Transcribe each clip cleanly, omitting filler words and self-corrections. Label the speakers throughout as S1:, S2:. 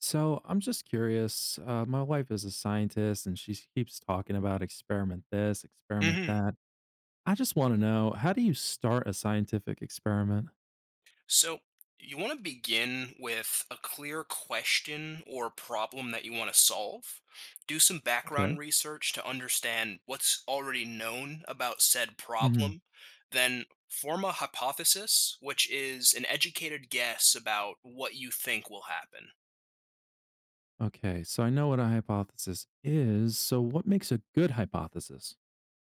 S1: So I'm just curious. My wife is a scientist and she keeps talking about experiment this, experiment
S2: Hmm.
S1: that. I just want to know how do you start a scientific experiment?
S2: So you want to begin with a clear question or problem that you want to solve. Do some background
S1: Okay.
S2: research to understand what's already known about said
S1: Hmm.
S2: problem. Then form a hypothesis, which is an educated guess about what you think will happen.
S1: Okay, so I know what a hypothesis is. So, what makes a good hypothesis?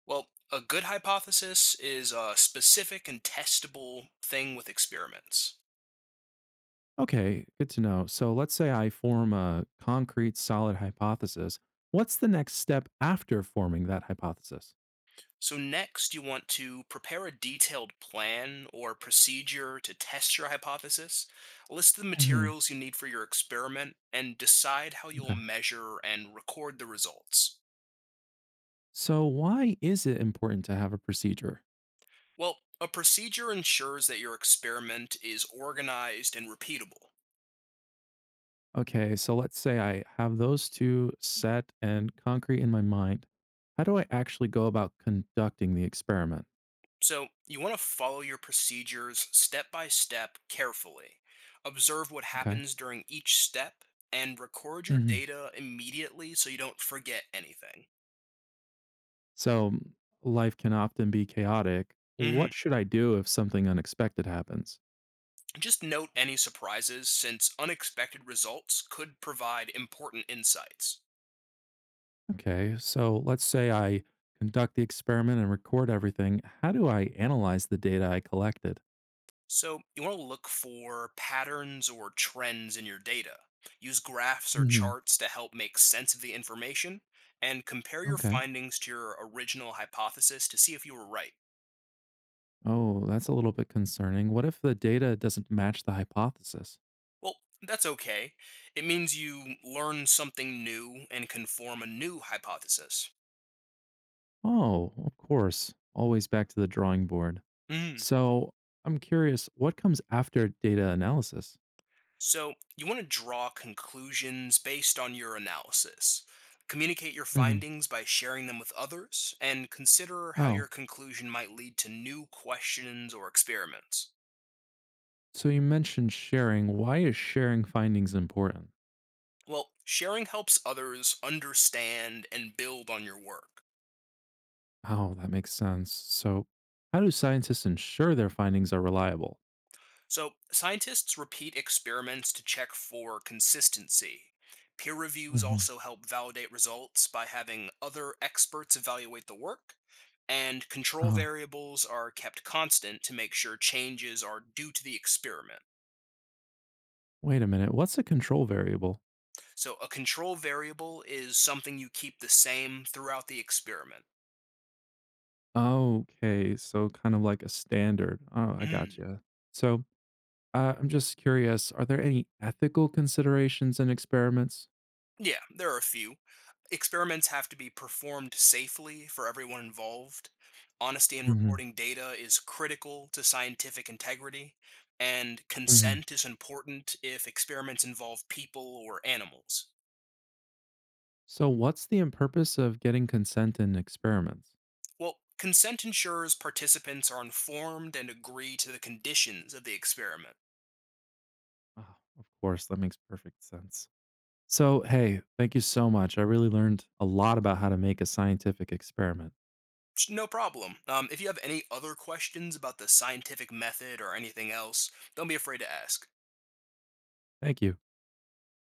S2: Well, a good hypothesis is a specific and testable thing with experiments.
S1: Okay, good to know. So, let's say I form a concrete, solid hypothesis. What's the next step after forming that hypothesis?
S2: So, next, you want to prepare a detailed plan or procedure to test your hypothesis, list the
S1: Hmm.
S2: materials you need for your experiment, and decide how you'll
S1: Okay.
S2: measure and record the results.
S1: So, why is it important to have a procedure?
S2: Well, a procedure ensures that your experiment is organized and repeatable.
S1: Okay, so let's say I have those two set and concrete in my mind. How do I actually go about conducting the experiment?
S2: So, you want to follow your procedures step by step carefully, observe what
S1: Okay.
S2: happens during each step, and record your
S1: Hmm.
S2: data immediately so you don't forget anything.
S1: So life can often be chaotic.
S2: Mhm.
S1: What should I do if something unexpected happens?
S2: Just note any surprises since unexpected results could provide important insights.
S1: Okay, so let's say I conduct the experiment and record everything. How do I analyze the data I collected?
S2: So, you want to look for patterns or trends in your data. Use graphs or
S1: Hmm.
S2: charts to help make sense of the information and compare your
S1: Okay.
S2: findings to your original hypothesis to see if you were right.
S1: Oh, that's a little bit concerning. What if the data doesn't match the hypothesis?
S2: Well, that's okay. It means you learn something new and can form a new hypothesis.
S1: Oh, of course. Always back to the drawing board.
S2: Mhm.
S1: So I'm curious, what comes after data analysis?
S2: So, you want to draw conclusions based on your analysis. Communicate your
S1: Hmm.
S2: findings by sharing them with others, and consider how your
S1: Oh,
S2: conclusion might lead to new questions or experiments.
S1: so you mentioned sharing. Why is sharing findings important?
S2: Well, sharing helps others understand and build on your work.
S1: Oh, that makes sense. So, how do scientists ensure their findings are reliable?
S2: So, scientists repeat experiments to check for consistency. Peer reviews
S1: Hmm.
S2: also help validate results by having other experts evaluate the work, and control
S1: Oh,
S2: variables are kept constant to make sure changes are due to the experiment.
S1: wait a minute. What's a control variable?
S2: So, a control variable is something you keep the same throughout the experiment.
S1: Okay, so kind of like a standard. Oh, I
S2: Mhm.
S1: gotcha. So, I'm just curious, are there any ethical considerations in experiments?
S2: Yeah, there are a few. Experiments have to be performed safely for everyone involved. Honesty in
S1: Hmm.
S2: reporting data is critical to scientific integrity, and
S1: Hmm.
S2: consent is important if experiments involve people or animals.
S1: So, what's the end purpose of getting consent in experiments?
S2: Well, consent ensures participants are informed and agree to the conditions of the experiment.
S1: Oh, of course, that makes perfect sense. So, hey, thank you so much. I really learned a lot about how to make a scientific experiment.
S2: No problem. If you have any other questions about the scientific method or anything else, don't be afraid to ask.
S1: Thank you.